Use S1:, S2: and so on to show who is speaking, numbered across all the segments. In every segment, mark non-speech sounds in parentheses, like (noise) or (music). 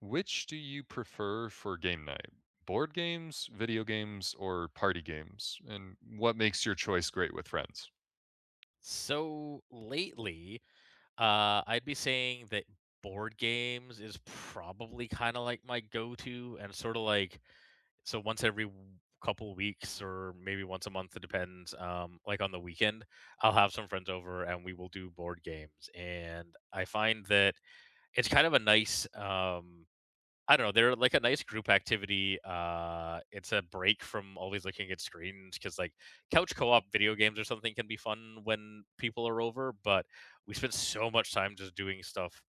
S1: Which do you prefer for game night? Board games, video games, or party games? And what makes your choice great with friends?
S2: So lately, I'd be saying that board games is probably kind of like my go-to, and sort of like so once every w- couple weeks or maybe once a month, it depends. Like on the weekend, I'll have some friends over and we will do board games, and I find that it's kind of a nice. I don't know, they're like a nice group activity, it's a break from always looking at screens because, like, couch co-op video games or something can be fun when people are over, but we spend so much time just doing stuff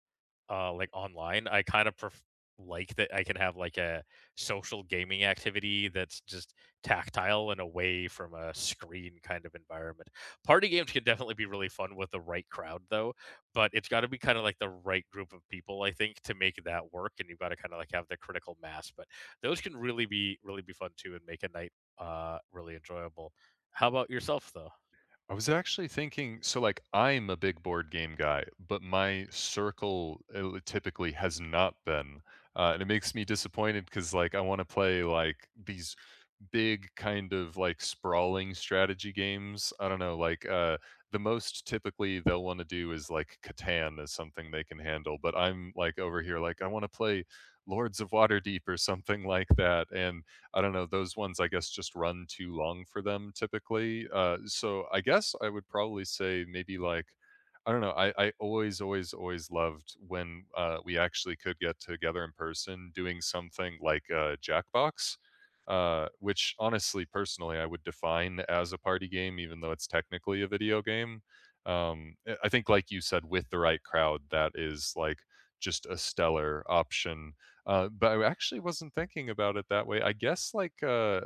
S2: like online, I kind of pref- like that I can have like a social gaming activity that's just tactile and away from a screen kind of environment. Party games can definitely be really fun with the right crowd though, but it's got to be kind of like the right group of people I think to make that work and you've got to kind of like have the critical mass, but those can really be fun too and make a night really enjoyable. How about yourself though?
S1: I was actually thinking, so like I'm a big board game guy, but my circle typically has not been, and it makes me disappointed because like I want to play like these big kind of like sprawling strategy games. I don't know, like the most typically they'll want to do is like Catan is something they can handle, but I'm like over here like I want to play Lords of Waterdeep or something (laughs) like that. And I don't know, those ones I guess just run too long for them typically. So I guess I would probably say maybe like I don't know. I always, always, always loved when we actually could get together in person doing something like Jackbox, which honestly, personally, I would define as a party game, even though it's technically a video game. I think, like you said, with the right crowd, that is like just a stellar option. But I actually wasn't thinking about it that way. I guess like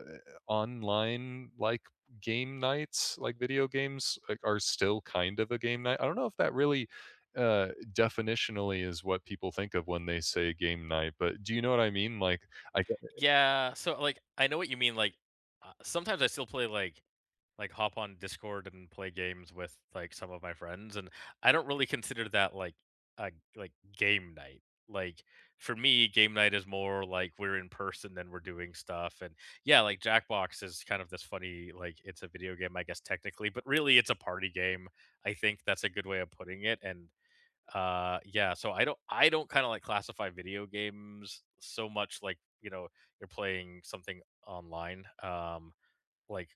S1: online, like game nights, like video games like, are still kind of a game night. I don't know if that really definitionally is what people think of when they say game night, but do you know what I mean? Like I
S2: Yeah, so like I know what you mean. Like sometimes I still play like hop on Discord and play games with like some of my friends and I don't really consider that like a like game night. Like for me, game night is more like we're in person and we're doing stuff. And yeah, like Jackbox is kind of this funny, like it's a video game, I guess technically, but really it's a party game. I think that's a good way of putting it. And yeah, so I don't kind of like classify video games so much like, you know, you're playing something online. Like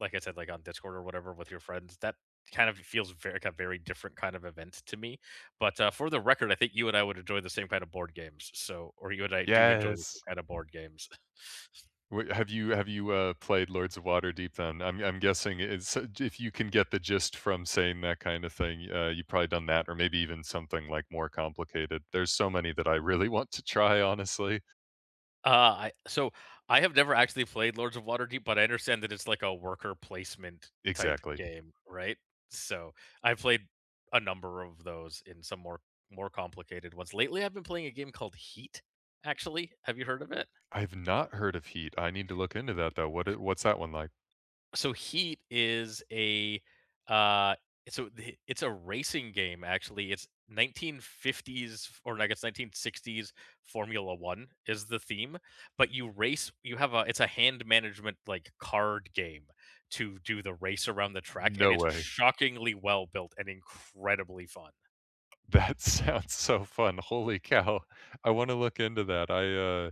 S2: like I said, like on Discord or whatever with your friends, that kind of feels very like a very different kind of event to me. But for the record, I think you and I would enjoy the same kind of board games. So, or you and I do enjoy the same
S1: Yes.
S2: kind of board games. (laughs)
S1: Wait, have you played Lords of Waterdeep then? I'm guessing it's if you can get the gist from saying that kind of thing, you've probably done that, or maybe even something like more complicated. There's so many that I really want to try, honestly.
S2: I so I have never actually played Lords of Waterdeep, but I understand that it's like a worker placement type
S1: Exactly.
S2: game, right? So I played a number of those in some more complicated ones. Lately, I've been playing a game called Heat. Actually, have you heard of it?
S1: I've not heard of Heat. I need to look into that, though. What I what's that one like?
S2: So Heat is a uh it's a racing game actually. It's or I guess 1960s Formula 1 is the theme, but you have a it's a hand management like card game to do the race around the track and
S1: No
S2: it's
S1: way.
S2: shockingly well built and incredibly fun.
S1: That (laughs) sounds so fun. Holy cow. I wanna look into that.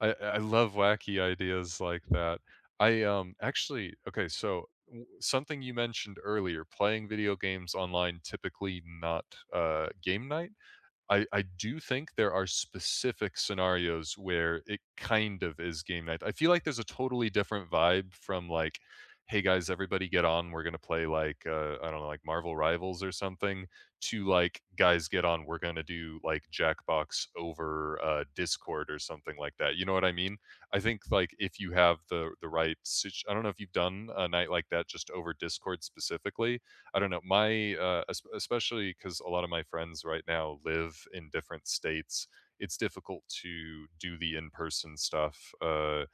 S1: I love wacky ideas like that. Actually, okay, so w something you mentioned earlier, playing video games online typically not, game night? I do think there are specific scenarios where it kind of is game night. I feel like there's a totally different vibe from, like, "Hey, guys, everybody get on, we're gonna play, like, I don't know, like, Marvel Rivals or something," to, like, "Guys, get on, we're gonna do, like, Jackbox over, Discord," or something like that, you know what I mean? I think, like, if you have the right sit I don't know if you've done a night like that just over Discord specifically. I don't know, my especially because a lot of my friends right now live in different states. It's difficult to do the in person stuff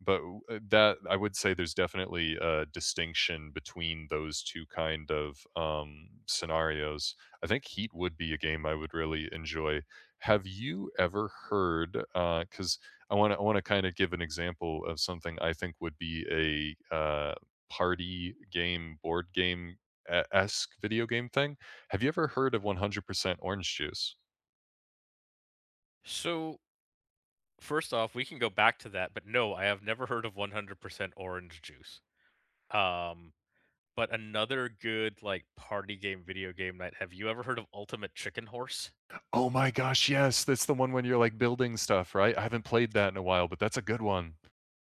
S1: but that I would say there's definitely a distinction between those two kind of scenarios. I think Heat would be a game I would really enjoy. Have you ever heard? Because I want to kind of give an example of something I think would be a party game, board game esque video game thing. Have you ever heard of 100% Orange Juice?
S2: So first off, we can go back to that, but no, I have never heard of 100% orange juice. Um But another good, like, party game, video game night have you ever heard of Ultimate Chicken Horse?
S1: Oh my gosh, yes, that's the one when you're like building stuff, right? I haven't played that in a while, but that's a good one.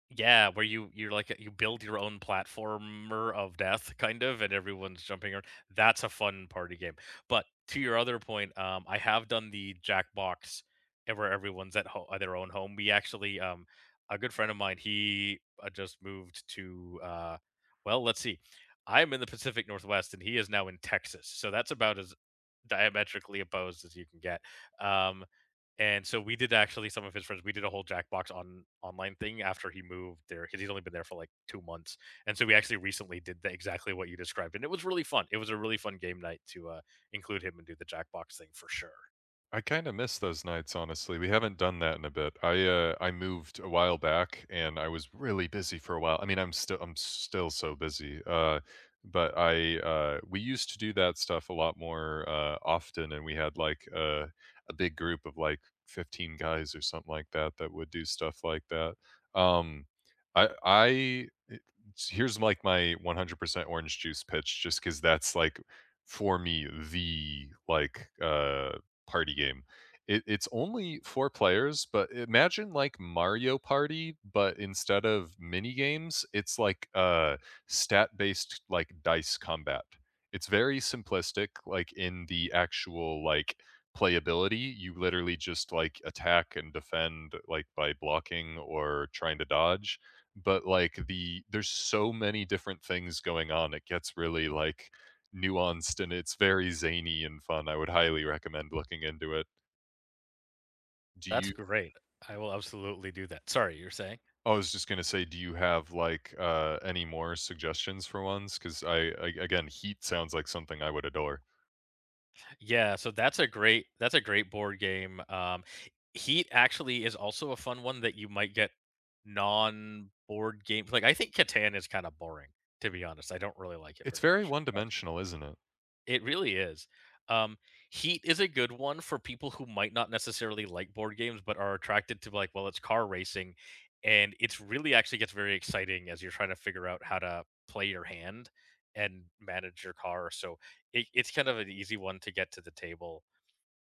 S2: Yeah, where you're like you build your own platformer of death kind of and everyone's jumping around. That's a fun party game. But to your other point, I have done the Jackbox where everyone's at their own home. We actually a good friend of mine, he just moved to well, let's see. I'm in the Pacific Northwest and he is now in Texas. So that's about as diametrically opposed as you can get. Um and so we did actually some of his friends. We did a whole Jackbox on online thing after he moved there because he's only been there for like 2 months. And so we actually recently did the, exactly what you described, and it was really fun. It was a really fun game night to include him and do the Jackbox thing for sure.
S1: I kinda miss those nights, honestly. We haven't done that in a bit. I moved a while back, and I was really busy for a while. I mean, I'm still so busy, but we used to do that stuff a lot more, often, and we had, like, a big group of, like, 15 guys or something like that that would do stuff like that. Um, I it Here's, like, my 100% orange juice pitch just because that's, like, for me, the, like, party game. It's only four players, but imagine like Mario Party, but instead of mini games, it's like stat based like dice combat. It's very simplistic, like in the actual like playability. You literally just like attack and defend like by blocking or trying to dodge. But like there's so many different things going on. It gets really like nuanced and it's very zany and fun. I would highly recommend looking into it. Do
S2: That's
S1: you
S2: great. I will absolutely do that. Sorry, you're saying?
S1: I was just gonna say, do you have like any more suggestions for ones? Because I again, Heat sounds like something I would adore.
S2: Yeah, so that's a great board game. Heat actually is also a fun one that you might get non board games. Like I think Catan is kind of boring, to be honest. I don't really like it
S1: It's
S2: very
S1: very
S2: much.
S1: one dimensional, isn't it?
S2: It really is. Um, Heat is a good one for people who might not necessarily like board games, but are attracted to like, well, it's car racing, and it's really actually gets very exciting as you're trying to figure out how to play your hand and manage your car. So it's kind of an easy one to get to the table.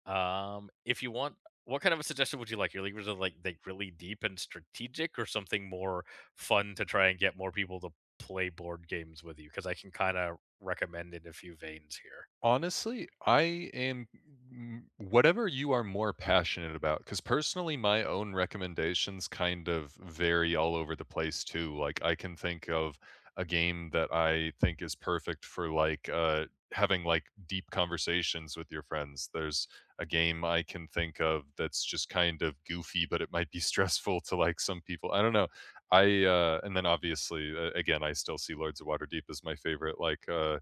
S2: If you want, what kind of a suggestion would you like? Your leagues are like really deep and strategic, or something more fun to try and get more people to play board games with you? Because I can kind of recommend in a few veins here.
S1: Honestly, I am m whatever you are more passionate about. Because personally, my own recommendations kind of vary all over the place too, like, I can think of a game that I think is perfect for, like, having, like, deep conversations with your friends. There's a game I can think of that's just kind of goofy, but it might be (laughs) stressful to, like, some people. I don't know. And then obviously, again, I still see Lords of Waterdeep as my favorite, like,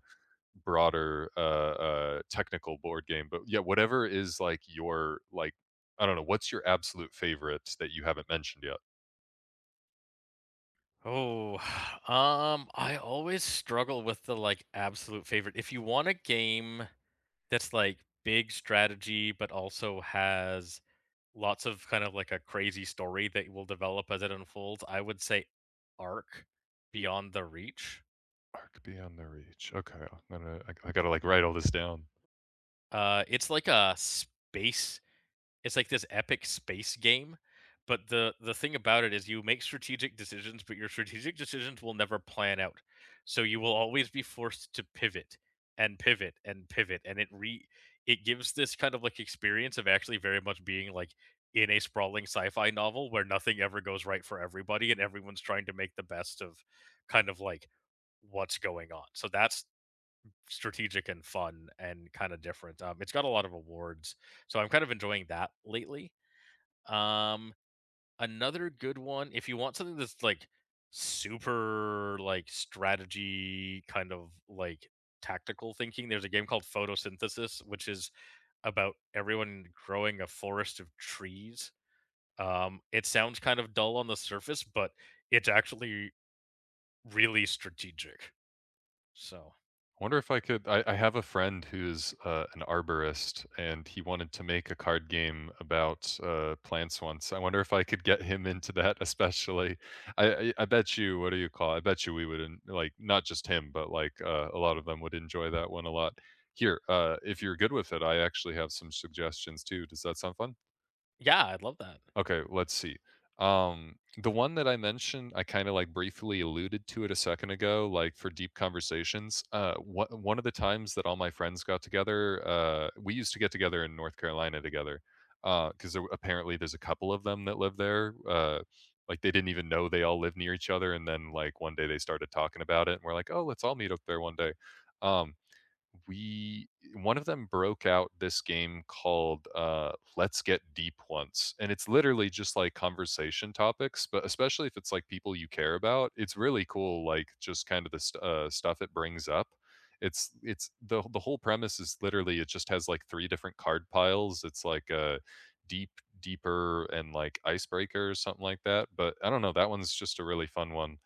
S1: broader, technical board game, but yeah, whatever is like your like I don't know, what's your absolute favorite that you haven't mentioned yet?
S2: Oh, (sighs) I always struggle with the like absolute favorite. If you want a game that's like big strategy, but also has lots of kind of like a crazy story that will develop as it unfolds, I would say Ark, Beyond the Reach.
S1: Arc Beyond the Reach. Okay, I'm gonna I gotta like write all this down.
S2: Uh, it's like a space It's like this epic space game, but the thing about it is you make strategic decisions, but your strategic decisions will never plan out. So you will always be forced to pivot and pivot and pivot, and it re it gives this kind of like experience of actually very much being like in a sprawling sci-fi novel where nothing ever goes right for everybody and everyone's trying to make the best of kind of like what's going on. So that's strategic and fun and kind of different. It's got a lot of awards, so I'm kind of enjoying that lately. Um, Another good one, if you want something that's like super like strategy kind of like tactical thinking, there's a game called Photosynthesis, which is about everyone growing a forest of trees. It sounds kind of dull on the surface, but it's actually really strategic. So
S1: Wonder if I could. I have a friend who's an arborist, and he wanted to make a card game about plants once. I wonder if I could get him into that, (laughs) especially. I bet you. What do you call? I bet you we would like not just him, but like a lot of them would enjoy that one a lot. Here, if you're good with it, I actually have some suggestions too. Does that sound fun?
S2: yeah, I would love that.
S1: Okay, let's see. The one that I mentioned, I kind of like briefly alluded to it a second ago, like for deep conversations. One one of the times that all my friends got together, we used to get together in North Carolina together, because there, apparently there's a couple of them that live there. Like they didn't even know they all live near each other, and then like one day they started talking about it, and we're like, oh, let's all meet up there one day. Um, we One of them broke out this game called let's get deep once, and it's literally just like conversation topics. But especially if it's like people you care about, it's really cool, like just kind of the stuff it brings up. It's it's the the whole premise is literally it just has like three different card piles. It's like a deep deeper and like icebreaker or something like that. But I don't know, that one's just a really fun one.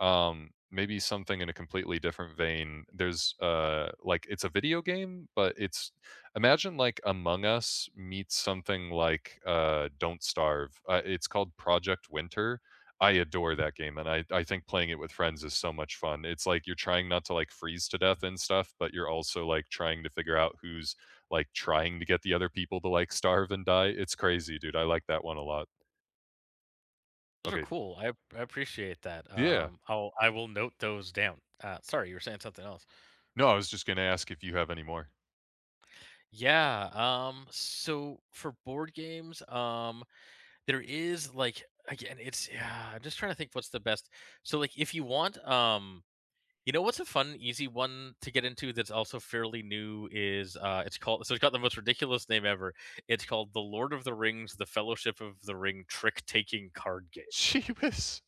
S1: Maybe something in a completely different vein. There's like it's a video game, but it's imagine like Among Us meets something like Don't Starve. It's called Project Winter. I adore that game, and I think playing it with friends is so much fun. It's like you're trying not to like freeze to death and stuff, but you're also like trying to figure out who's like trying to get the other people to like starve and die. It's crazy, dude. I like that one a lot.
S2: Those are
S1: Okay.
S2: cool. I appreciate that.
S1: Yeah.
S2: I will note those down. Sorry, you were saying something else.
S1: No, I was just going to ask if you have any more.
S2: Yeah. So for board games, there is like again, it's yeah. I'm just trying to think what's the best. So like, if you want, you know what's a fun, easy one to get into that's also fairly new is it's called so it's got the most ridiculous name ever. It's called The Lord of the Rings: The Fellowship of the Ring Trick Taking Card Game.
S1: (laughs) She was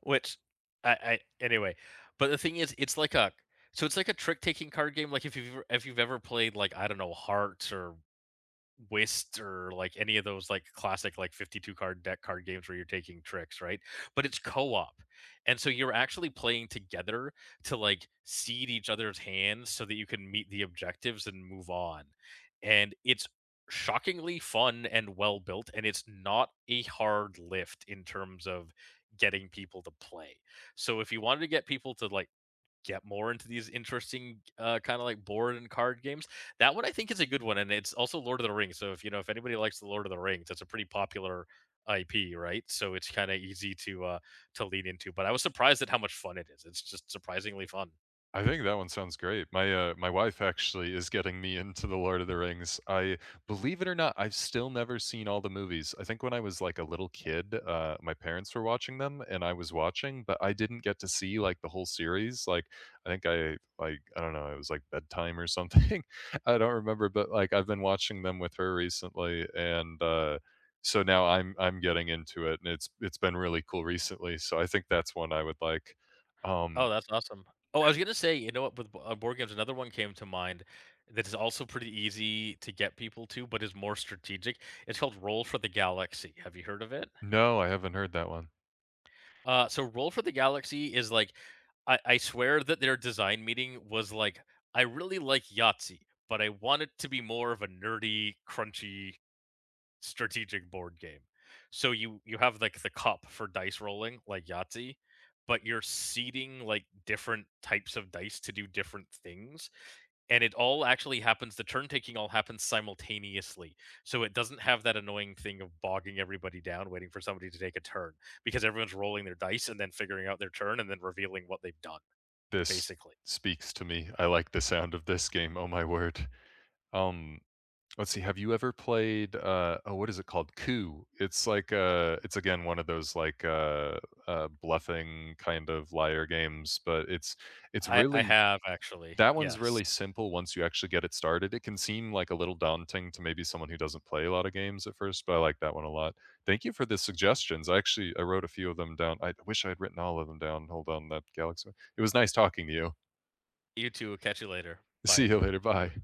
S2: Which I anyway, but the thing is, it's like a so it's like a trick taking card game. Like if you've ever played like I don't know Hearts or whist or like any of those like classic like 52 card deck card games where you're taking tricks right but it's co-op and so you're actually playing together to like seed each other's hands so that you can meet the objectives and move on and it's shockingly fun and well built and it's not a hard lift in terms of getting people to play so if you wanted to get people to like get more into these interesting kind of like board and card games. That one I think is a good one, and it's also Lord of the Rings. So if you know if anybody likes the Lord of the Rings, that's a pretty popular IP, right? So it's kind of easy to lean into. But I was surprised at how much fun it is. It's just surprisingly fun.
S1: I think that one sounds great. My wife actually is getting me into The Lord of the Rings. I Believe it or not, I've still never seen all the movies. I think when I was, like, a little kid, my parents were watching them, and I was watching, but I didn't get to see, like, the whole series. Like, I think I like, I don't know, it was, like, bedtime or something. (laughs) I don't remember, but, like, I've been watching them with her recently, and, so now I'm getting into it, and it's been really cool recently, so I think that's one I would like.
S2: Oh,
S1: Um,
S2: that's awesome. Oh, I was gonna say, you know what? With board games, another one came to mind that is also pretty easy to get people to, but is more strategic. It's called Roll for the Galaxy. Have you heard of it?
S1: No, I haven't heard that one.
S2: So Roll for the Galaxy is like, I swear that their design meeting was like, I really like Yahtzee, but I want it to be more of a nerdy, crunchy strategic board game. So you have like the cup for dice rolling like Yahtzee, but you're seeding like different types of dice to do different things. And it all actually happens, the turn taking all happens simultaneously. So it doesn't have that annoying thing of bogging everybody down, waiting for somebody to take a turn because everyone's rolling their dice and then figuring out their turn and then revealing what they've done,
S1: This
S2: basically.
S1: speaks to me. I like the sound of this game, oh my word. Um, let's see, have you ever played, oh, what is it called? Coup. It's like, it's again one of those like, bluffing kind of liar games, but it's
S2: I
S1: really
S2: have actually.
S1: that one's
S2: Yes.
S1: really simple once you actually get it started. It can seem like a little daunting to maybe someone who doesn't play a lot of games at first, but I like that one a lot. Thank you for the suggestions. I wrote a few of them down. I wish I had written all of them down. Hold on, that Galaxy. It was nice talking to you.
S2: You too. Catch you later.
S1: (laughs) See
S2: Bye.
S1: you later. Bye.